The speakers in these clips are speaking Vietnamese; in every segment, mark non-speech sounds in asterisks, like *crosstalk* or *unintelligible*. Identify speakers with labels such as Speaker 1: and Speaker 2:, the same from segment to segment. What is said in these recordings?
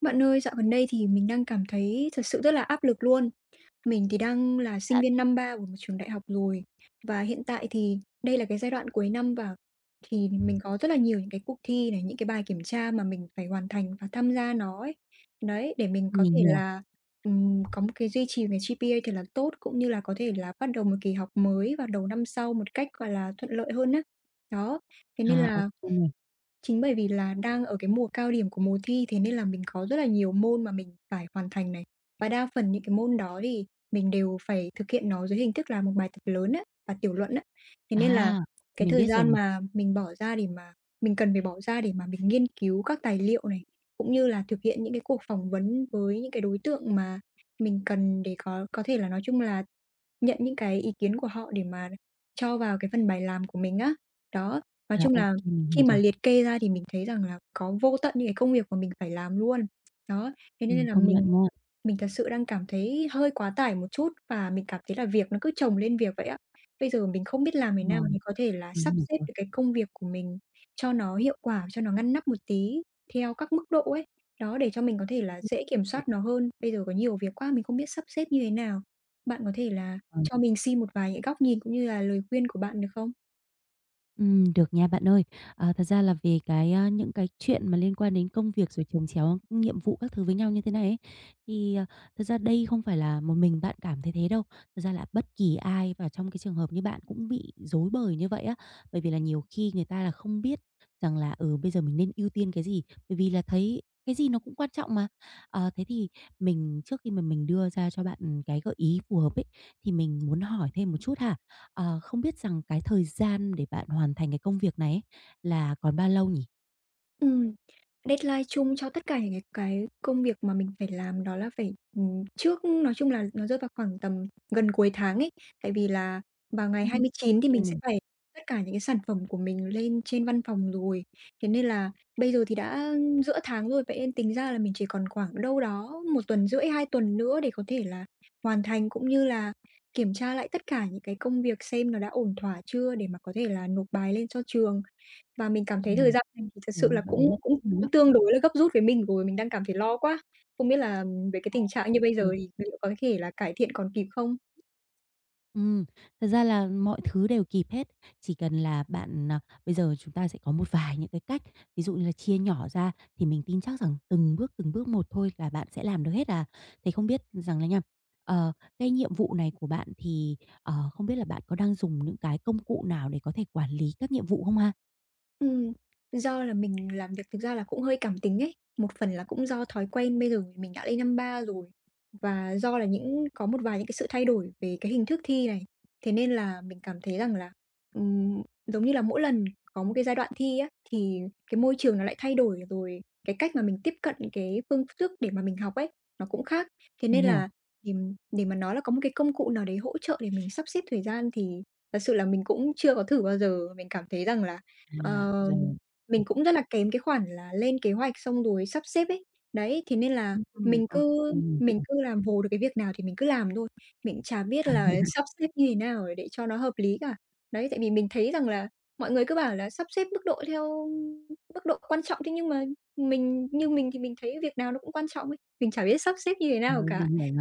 Speaker 1: Bạn ơi, dạo gần đây thì mình đang cảm thấy thật sự rất là áp lực luôn. Mình thì đang là sinh
Speaker 2: thích.
Speaker 1: viên năm ba của một trường đại học rồi. Và hiện tại thì đây là cái giai đoạn cuối năm, và thì mình có rất là nhiều những cái cuộc thi này, những cái bài kiểm tra mà mình phải hoàn thành và tham gia nó ấy. Đấy, để mình có
Speaker 2: Mình
Speaker 1: thể
Speaker 2: hiểu.
Speaker 1: là có một cái duy trì một cái GPA thì là tốt, cũng như là có thể là bắt đầu một kỳ học mới vào đầu năm sau một cách gọi là thuận lợi hơn á. Đó, thế
Speaker 2: À,
Speaker 1: nên
Speaker 2: ô
Speaker 1: là.
Speaker 2: kê nè.
Speaker 1: Chính bởi vì là đang ở cái mùa cao điểm của mùa thi, thế nên là mình có rất là nhiều môn mà mình phải hoàn thành này. Và đa phần những cái môn đó thì mình đều phải thực hiện nó dưới hình thức là một bài tập lớn á, và tiểu luận á. Thế nên là
Speaker 2: À,
Speaker 1: cái
Speaker 2: mình
Speaker 1: thời
Speaker 2: biết rồi
Speaker 1: gian
Speaker 2: nè.
Speaker 1: mà mình bỏ ra để mà mình cần phải bỏ ra để mà mình nghiên cứu các tài liệu này, cũng như là thực hiện những cái cuộc phỏng vấn với những cái đối tượng mà mình cần để có thể là, nói chung là, nhận những cái ý kiến của họ để mà cho vào cái phần bài làm của mình á. Đó, nói
Speaker 2: À,
Speaker 1: chung
Speaker 2: ô
Speaker 1: là
Speaker 2: kê, mình
Speaker 1: khi
Speaker 2: hiểu
Speaker 1: mà
Speaker 2: rồi.
Speaker 1: liệt kê ra thì mình thấy rằng là có vô tận những cái công việc mà mình phải làm luôn. Đó, thế nên là
Speaker 2: Công nhận
Speaker 1: mình
Speaker 2: nha.
Speaker 1: mình thật sự đang cảm thấy hơi quá tải một chút, và mình cảm thấy là việc nó cứ chồng lên việc vậy á. Bây giờ mình không biết làm thế
Speaker 2: Ờ,
Speaker 1: nào để có thể là
Speaker 2: mình
Speaker 1: sắp
Speaker 2: hiểu
Speaker 1: xếp
Speaker 2: rồi.
Speaker 1: được cái công việc của mình cho nó hiệu quả, cho nó ngăn nắp một tí theo các mức độ ấy. Đó, để cho mình có thể là dễ kiểm soát nó hơn. Bây giờ có nhiều việc quá, mình không biết sắp xếp như thế nào. Bạn có thể là
Speaker 2: Ờ.
Speaker 1: cho mình xin một vài những góc nhìn cũng như là lời khuyên của bạn được không?
Speaker 2: Được nha bạn ơi. Thật ra là về những cái chuyện mà liên quan đến công việc rồi chồng chéo nhiệm vụ các thứ với nhau như thế này ấy, thì, ờ, thật ra đây không phải là một mình bạn cảm thấy thế đâu. Thật ra là bất kỳ ai vào trong cái trường hợp như bạn cũng bị rối bời như vậy á. Bởi vì là nhiều khi người ta là không biết rằng là, ừ, bây giờ mình nên ưu tiên cái gì, bởi vì là thấy cái gì nó cũng quan trọng mà. Thế thì trước khi mà mình đưa ra cho bạn cái gợi ý phù hợp ấy, thì mình muốn hỏi thêm một chút ha. Không biết rằng cái thời gian để bạn hoàn thành cái công việc này ấy, là còn bao lâu nhỉ?
Speaker 1: Ừm, Deadline chung cho tất cả những cái công việc mà mình phải làm đó là phải, trước, nói chung là nó rơi vào khoảng tầm gần cuối tháng ấy. Tại vì là vào ngày
Speaker 2: Ừm.
Speaker 1: 29 thì
Speaker 2: Kê
Speaker 1: mình
Speaker 2: này.
Speaker 1: sẽ phải tất cả những cái sản phẩm của mình lên trên văn phòng rồi. Thế nên là bây giờ thì đã giữa tháng rồi, vậy nên tính ra là mình chỉ còn khoảng đâu đó 1 tuần rưỡi, 2 tuần nữa để có thể là hoàn thành, cũng như là kiểm tra lại tất cả những cái công việc xem nó đã ổn thỏa chưa để mà có thể là nộp bài lên cho trường. Và mình cảm thấy thời
Speaker 2: Ừm.
Speaker 1: gian này thì thật
Speaker 2: Trời
Speaker 1: sự
Speaker 2: vậy
Speaker 1: là
Speaker 2: rất *unintelligible*
Speaker 1: cũng
Speaker 2: gấp
Speaker 1: cũng
Speaker 2: luôn á.
Speaker 1: cũng tương đối là gấp rút với mình rồi, mình đang cảm thấy lo quá. Không biết là về cái tình trạng như bây giờ thì liệu có thể là cải thiện còn kịp không?
Speaker 2: Ừm, thật ra là mọi thứ đều kịp hết, chỉ cần là bạn, bây giờ chúng ta sẽ có một vài những cái cách, ví dụ như là chia nhỏ ra thì mình tin chắc rằng từng bước một thôi là bạn sẽ làm được hết à. Thế không biết rằng là nha, ờ, cái nhiệm vụ này của bạn thì, không biết là bạn có đang dùng những cái công cụ nào để có thể quản lý các nhiệm vụ không ha?
Speaker 1: Ừm, Do là mình làm việc thực ra là cũng hơi cảm tính ấy, một phần là cũng do thói quen, bây giờ mình đã lên năm ba rồi, và do là những có một vài những cái sự thay đổi về cái hình thức thi này, thế nên là mình cảm thấy rằng là, ừm, giống như là mỗi lần có một cái giai đoạn thi á, thì cái môi trường nó lại thay đổi, rồi cái cách mà mình tiếp cận cái phương thức để mà mình học ấy, nó cũng khác. Thế
Speaker 2: Mình
Speaker 1: nên
Speaker 2: hiểu.
Speaker 1: là để để mà nói là có một cái công cụ nào đấy hỗ trợ để mình sắp xếp thời gian thì thật sự là mình cũng chưa có thử bao giờ. Mình cảm thấy rằng là
Speaker 2: À,
Speaker 1: Ờ,
Speaker 2: rồi.
Speaker 1: mình cũng rất là kém cái khoản là lên kế hoạch xong rồi sắp xếp ấy. Đấy, thế nên là mình
Speaker 2: Ô
Speaker 1: cứ mình
Speaker 2: kê.
Speaker 1: cứ làm vồ được cái việc nào thì mình cứ làm thôi, mình cũng chả biết là sắp xếp như thế nào để cho nó hợp lý cả. Đấy, tại vì mình thấy rằng là mọi người cứ bảo là sắp xếp mức độ theo mức độ quan trọng, thế nhưng mà mình thì mình thấy việc nào nó cũng quan trọng ấy, mình chả biết sắp xếp như thế nào
Speaker 2: Rồi, mình
Speaker 1: cả.
Speaker 2: hiểu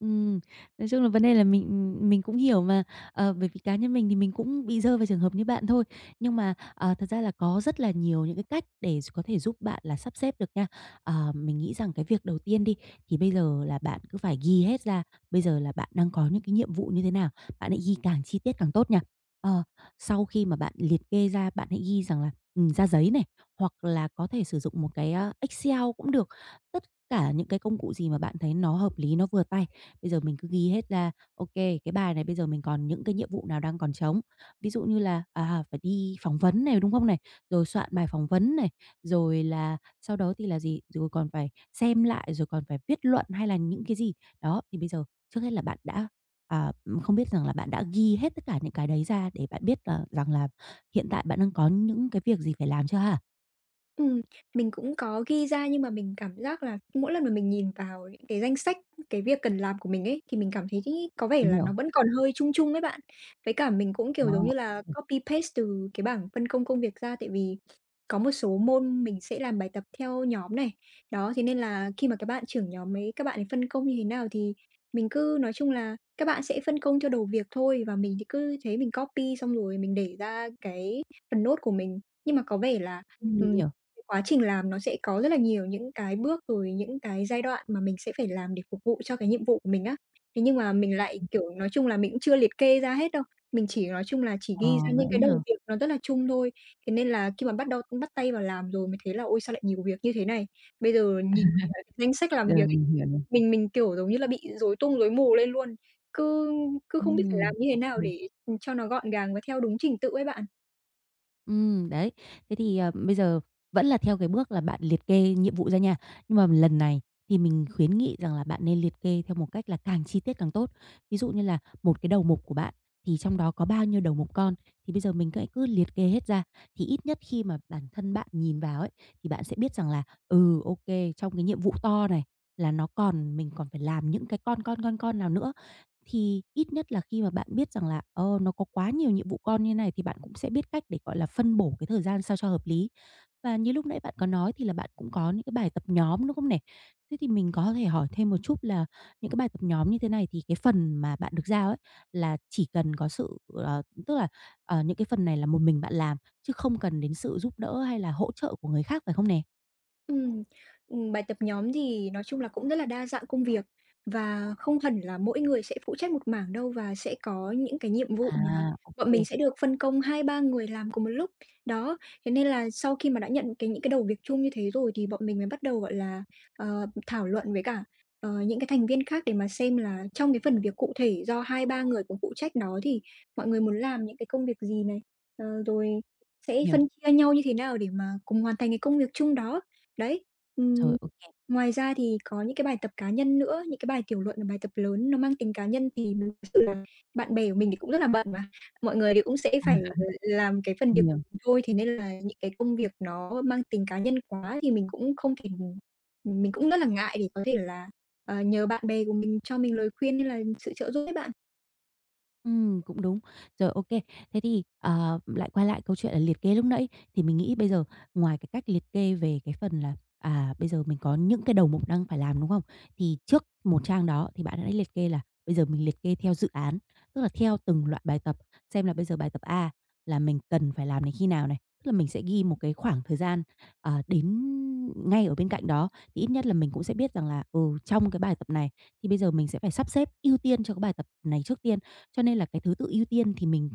Speaker 2: Ừm, nói chung là vấn đề là mình cũng hiểu mà, bởi vì cá nhân mình thì mình cũng bị rơi vào trường hợp như bạn thôi. Nhưng mà thật ra là có rất là nhiều những cái cách để có thể giúp bạn là sắp xếp được nha. Mình nghĩ rằng cái việc đầu tiên đi, thì bây giờ là bạn cứ phải ghi hết ra, bây giờ là bạn đang có những cái nhiệm vụ như thế nào, bạn hãy ghi càng chi tiết càng tốt nha. Ờ, sau khi mà bạn liệt kê ra, bạn hãy ghi rằng là, ra giấy này, hoặc là có thể sử dụng một cái, Excel cũng được. Tất cả những cái công cụ gì mà bạn thấy nó hợp lý, nó vừa tay. Bây giờ mình cứ ghi hết ra, ok, cái bài này bây giờ mình còn những cái nhiệm vụ nào đang còn trống. Ví dụ như là, à, phải đi phỏng vấn này, đúng không này? Rồi soạn bài phỏng vấn này, rồi là sau đó thì là gì? Rồi còn phải xem lại, rồi còn phải viết luận hay là những cái gì. Đó, thì bây giờ trước hết là à, không biết rằng là bạn đã ghi hết tất cả những cái đấy ra để bạn biết là rằng là hiện tại bạn đang có những cái việc gì phải làm chưa hả.
Speaker 1: Ừm, mình cũng có ghi ra, nhưng mà mình cảm giác là mỗi lần mà mình nhìn vào những cái danh sách cái việc cần làm của mình ấy, thì mình cảm thấy có vẻ
Speaker 2: Mình
Speaker 1: là nó
Speaker 2: hiểu,
Speaker 1: vẫn còn hơi chung chung ấy bạn. Với cả mình cũng, kiểu, giống
Speaker 2: đó,
Speaker 1: như là copy paste từ cái bảng phân công công việc ra, tại vì có một số môn mình sẽ làm bài tập theo nhóm này. Đó, thế nên là khi mà các bạn trưởng nhóm ấy, các bạn ấy phân công như thế nào thì mình cứ nói chung là các bạn sẽ phân công theo đầu việc thôi, và mình thì cứ thế mình copy xong rồi mình để ra cái phần nốt của mình. Nhưng mà có vẻ là,
Speaker 2: ừm, mình
Speaker 1: ừm,
Speaker 2: hiểu,
Speaker 1: cái quá trình làm nó sẽ có rất là nhiều những cái bước, rồi những cái giai đoạn mà mình sẽ phải làm để phục vụ cho cái nhiệm vụ của mình á. Thế nhưng mà mình lại, kiểu, nói chung là mình cũng chưa liệt kê ra hết đâu, mình chỉ nói chung là chỉ
Speaker 2: ờ,
Speaker 1: ghi ra
Speaker 2: vậy
Speaker 1: những cái
Speaker 2: nhỉ?
Speaker 1: đầu việc nó rất là chung thôi. Thế nên là khi mà bắt đầu bắt tay vào làm rồi mới thấy là "Ôi, sao lại nhiều việc như thế này?" Bây giờ nhìn vào cái danh sách làm việc
Speaker 2: Rồi,
Speaker 1: ấy,
Speaker 2: mình hiểu này.
Speaker 1: mình, kiểu, giống như là bị rối tung rối mù lên luôn, cứ cứ không biết phải
Speaker 2: Ừm,
Speaker 1: làm như
Speaker 2: ô
Speaker 1: thế nào
Speaker 2: kê.
Speaker 1: để, cho nó gọn gàng và theo đúng trình tự ấy bạn.
Speaker 2: Đấy. Thế thì, bây giờ vẫn là theo cái bước là bạn liệt kê nhiệm vụ ra nha, nhưng mà lần này thì mình khuyến nghị rằng là bạn nên liệt kê theo một cách là càng chi tiết càng tốt. Ví dụ như là một cái đầu mục của bạn thì trong đó có bao nhiêu đầu mục con, thì bây giờ mình hãy cứ liệt kê hết ra, thì ít nhất khi mà bản thân bạn nhìn vào ấy, thì bạn sẽ biết rằng là, ừ, ô kê, trong cái nhiệm vụ to này là nó còn mình còn phải làm những cái con nào nữa. Thì ít nhất là khi mà bạn biết rằng là, ờ, nó có quá nhiều nhiệm vụ con như này thì bạn cũng sẽ biết cách để, gọi là, phân bổ cái thời gian sao cho hợp lý. Và như lúc nãy bạn có nói thì là bạn cũng có những cái bài tập nhóm, đúng không này? Thế thì mình có thể hỏi thêm một chút là những cái bài tập nhóm như thế này thì cái phần mà bạn được giao ấy, là chỉ cần có sự, tức là, những cái phần này là một mình bạn làm, chứ không cần đến sự giúp đỡ hay là hỗ trợ của người khác, phải không nè?
Speaker 1: Ừm, Bài tập nhóm thì nói chung là cũng rất là đa dạng công việc, và không hẳn là mỗi người sẽ phụ trách một mảng đâu, và sẽ có những cái nhiệm
Speaker 2: À,
Speaker 1: vụ mà
Speaker 2: ok
Speaker 1: bọn
Speaker 2: kê,
Speaker 1: mình sẽ được phân công 2 3 người làm cùng một lúc. Đó, thế nên là sau khi mà đã nhận cái những cái đầu việc chung như thế rồi thì bọn mình mới bắt đầu, gọi là, thảo luận với cả, những cái thành viên khác để mà xem là trong cái phần việc cụ thể do 2 3 người cùng phụ trách đó thì mọi người muốn làm những cái công việc gì này, rồi sẽ
Speaker 2: hiểu.
Speaker 1: phân chia nhau như thế nào để mà cùng hoàn thành cái công việc chung đó. Đấy,
Speaker 2: Rồi,
Speaker 1: ừm,
Speaker 2: ok
Speaker 1: ngoài ra thì có những cái bài tập cá nhân nữa, những cái bài tiểu luận và bài tập lớn nó mang tính cá nhân thì mình thực sự là bạn bè của mình thì cũng rất là bận mà, mọi người thì cũng sẽ phải
Speaker 2: *laughs*
Speaker 1: làm cái phần việc của
Speaker 2: nhiều.
Speaker 1: mình thôi, thế nên là những cái công việc nó mang tính cá nhân quá thì mình cũng không thể, mình cũng rất là ngại để có thể là, nhờ bạn bè của mình cho mình lời khuyên hay là sự trợ giúp ấy bạn.
Speaker 2: Cũng đúng. Rồi, ok. Thế thì, lại quay lại câu chuyện là liệt kê lúc nãy, thì mình nghĩ bây giờ ngoài cái cách liệt kê về cái phần là, à, bây giờ mình có những cái đầu mục đang phải làm, đúng không? Thì trước một trang đó thì bạn đã liệt kê là bây giờ mình liệt kê theo dự án, tức là theo từng loại bài tập, xem là bây giờ bài tập A là mình cần phải làm đến khi nào này, tức là mình sẽ ghi một cái khoảng thời gian, đến ngay ở bên cạnh đó, thì ít nhất là mình cũng sẽ biết rằng là, ừ, trong cái bài tập này thì bây giờ mình sẽ phải sắp xếp ưu tiên cho cái bài tập này trước tiên. Cho nên là cái thứ tự ưu tiên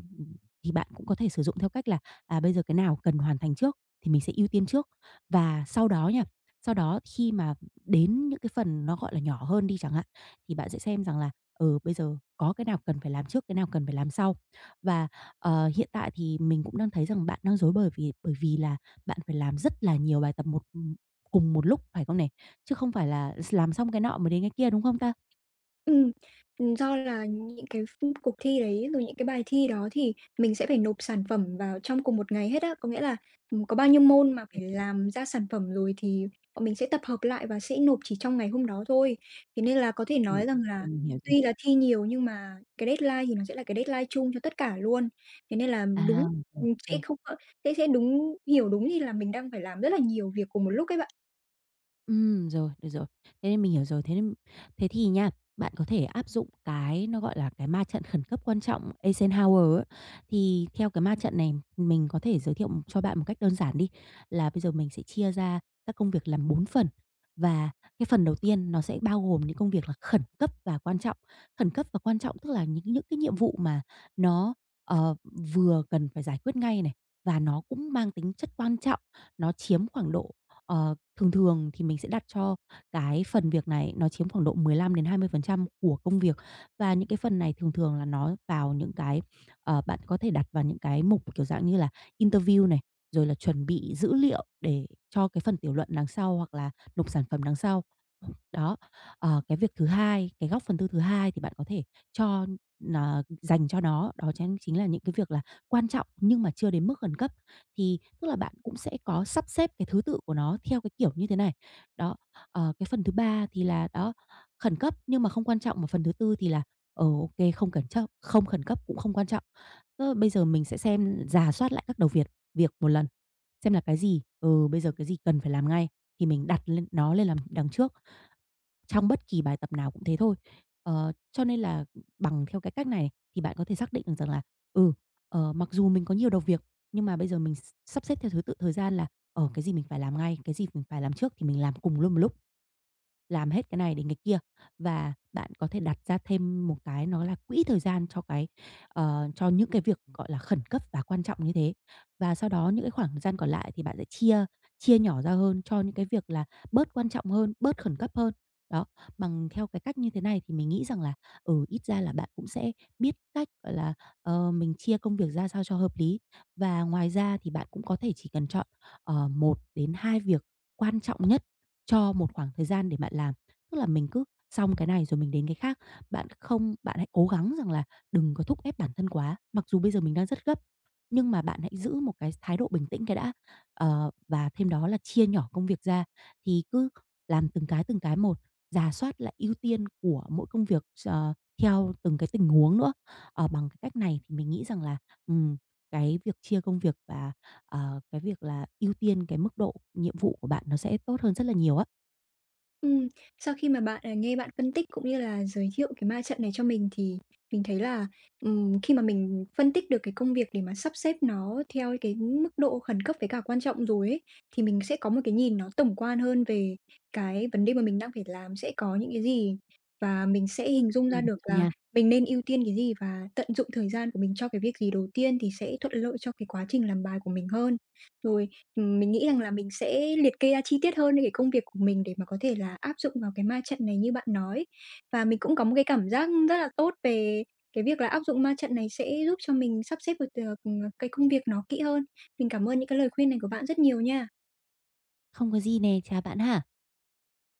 Speaker 2: thì bạn cũng có thể sử dụng theo cách là, à, bây giờ cái nào cần hoàn thành trước thì mình sẽ ưu tiên trước. Và sau đó nha, sau đó khi mà đến những cái phần nó, gọi là, nhỏ hơn đi chẳng hạn, thì bạn sẽ xem rằng là, ừ, bây giờ có cái nào cần phải làm trước, cái nào cần phải làm sau. Và hiện tại thì mình cũng đang thấy rằng bạn đang rối bời vì bởi vì là bạn phải làm rất là nhiều bài tập cùng một lúc, phải không này? Chứ không phải là làm xong cái nọ mới đến cái kia, đúng không ta?
Speaker 1: Ừm, Do là những cái cuộc thi đấy, rồi những cái bài thi đó thì mình sẽ phải nộp sản phẩm vào trong cùng một ngày hết á. Có nghĩa là, có bao nhiêu môn mà
Speaker 2: Ừm,
Speaker 1: phải làm ra sản phẩm rồi thì bọn mình sẽ tập hợp lại và sẽ nộp chỉ trong ngày hôm đó thôi. Thế nên là có thể
Speaker 2: ừm,
Speaker 1: nói rằng là
Speaker 2: mình hiểu rồi.
Speaker 1: tuy là thi nhiều nhưng mà cái deadline thì nó sẽ là cái deadline chung cho tất cả luôn. Thế nên là
Speaker 2: À,
Speaker 1: đúng,
Speaker 2: rồi.
Speaker 1: sẽ
Speaker 2: Kê.
Speaker 1: không có sẽ đúng hiểu đúng thì là mình đang phải làm rất là nhiều việc cùng một lúc ấy bạn.
Speaker 2: Rồi, được rồi. Thế nên mình hiểu rồi. Thế nên thế thì nha, bạn có thể áp dụng cái nó, gọi là, cái ma trận khẩn cấp quan trọng Eisenhower á. Thì theo cái ma trận này mình có thể giới thiệu cho bạn một cách đơn giản đi, là bây giờ mình sẽ chia ra các công việc làm 4 phần. Và cái phần đầu tiên nó sẽ bao gồm những công việc là khẩn cấp và quan trọng. Khẩn cấp và quan trọng tức là những cái nhiệm vụ mà nó, ờ, vừa cần phải giải quyết ngay này, và nó cũng mang tính chất quan trọng, nó chiếm khoảng độ. Thường thường thì mình sẽ đặt cho cái phần việc này nó chiếm khoảng độ 15-20% của công việc, và những cái phần này thường thường là nó vào những cái, bạn có thể đặt vào những cái mục, kiểu dạng như là, interview này, rồi là chuẩn bị dữ liệu để cho cái phần tiểu luận đằng sau hoặc là nộp sản phẩm đằng sau. Đó, cái việc thứ hai, cái góc phần tư thứ hai thì bạn có thể cho nà dành cho nó, đó chính chính là những cái việc là quan trọng nhưng mà chưa đến mức khẩn cấp thì tức là bạn cũng sẽ có sắp xếp cái thứ tự của nó theo cái kiểu như thế này. Đó, cái phần thứ ba thì là đó, khẩn cấp nhưng mà không quan trọng, và phần thứ tư thì là, OK, không cẩn chấp không khẩn cấp cũng không quan trọng. Tức bây giờ mình sẽ xem rà soát lại các đầu việc việc một lần, xem là cái gì, ừ, bây giờ cái gì cần phải làm ngay thì mình đặt nó lên làm đằng trước. Trong bất kỳ bài tập nào cũng thế thôi. Cho nên là bằng theo cái cách này thì bạn có thể xác định được rằng là, ừ, mặc dù mình có nhiều đầu việc, nhưng mà bây giờ mình s sắp xếp theo thứ tự thời gian là, ở cái gì mình phải làm ngay, cái gì mình phải làm trước thì mình làm cùng luôn một lúc, làm hết cái này đến cái kia. Và bạn có thể đặt ra thêm một cái nó là quỹ thời gian cho cho những cái việc, gọi là, khẩn cấp và quan trọng như thế. Và sau đó những cái khoảng thời gian còn lại thì bạn sẽ chia chia nhỏ ra hơn cho những cái việc là bớt quan trọng hơn, bớt khẩn cấp hơn. Đó, bằng theo cái cách như thế này thì mình nghĩ rằng là, ừ, ít ra là bạn cũng sẽ biết cách, gọi là, mình chia công việc ra sao cho hợp lý. Và ngoài ra thì bạn cũng có thể chỉ cần chọn, một đến 2 việc quan trọng nhất cho một khoảng thời gian để bạn làm. Tức là mình cứ xong cái này rồi mình đến cái khác. Bạn không bạn hãy cố gắng rằng là đừng có thúc ép bản thân quá. Mặc dù bây giờ mình đang rất gấp, nhưng mà bạn hãy giữ một cái thái độ bình tĩnh cái đã. Và thêm đó là chia nhỏ công việc ra, thì cứ làm từng cái một, rà soát lại ưu tiên của mỗi công việc, theo từng cái tình huống nữa. Bằng cái cách này thì mình nghĩ rằng là, ừm, cái việc chia công việc và, cái việc là ưu tiên cái mức độ nhiệm vụ của bạn nó sẽ tốt hơn rất là nhiều á.
Speaker 1: Ừm, Sau khi mà bạn, nghe bạn phân tích cũng như là giới thiệu cái ma trận này cho mình thì mình thấy là, khi mà mình phân tích được cái công việc để mà sắp xếp nó theo cái mức độ khẩn cấp với cả quan trọng rồi ấy, thì mình sẽ có một cái nhìn nó tổng quan hơn về cái vấn đề mà mình đang phải làm sẽ có những cái gì, và mình sẽ hình dung ra được
Speaker 2: Thôi
Speaker 1: là
Speaker 2: nha,
Speaker 1: mình nên ưu tiên cái gì và tận dụng thời gian của mình cho cái việc gì đầu tiên thì sẽ thuận lợi cho cái quá trình làm bài của mình hơn. Rồi, mình nghĩ rằng là mình sẽ liệt kê ra chi tiết hơn cái công việc của mình để mà có thể là áp dụng vào cái ma trận này như bạn nói. Và mình cũng có một cái cảm giác rất là tốt về cái việc là áp dụng ma trận này sẽ giúp cho mình sắp xếp được được, cái công việc nó kỹ hơn. Mình cảm ơn những cái lời khuyên này của bạn rất nhiều nha.
Speaker 2: không có gì nè, chào bạn ha.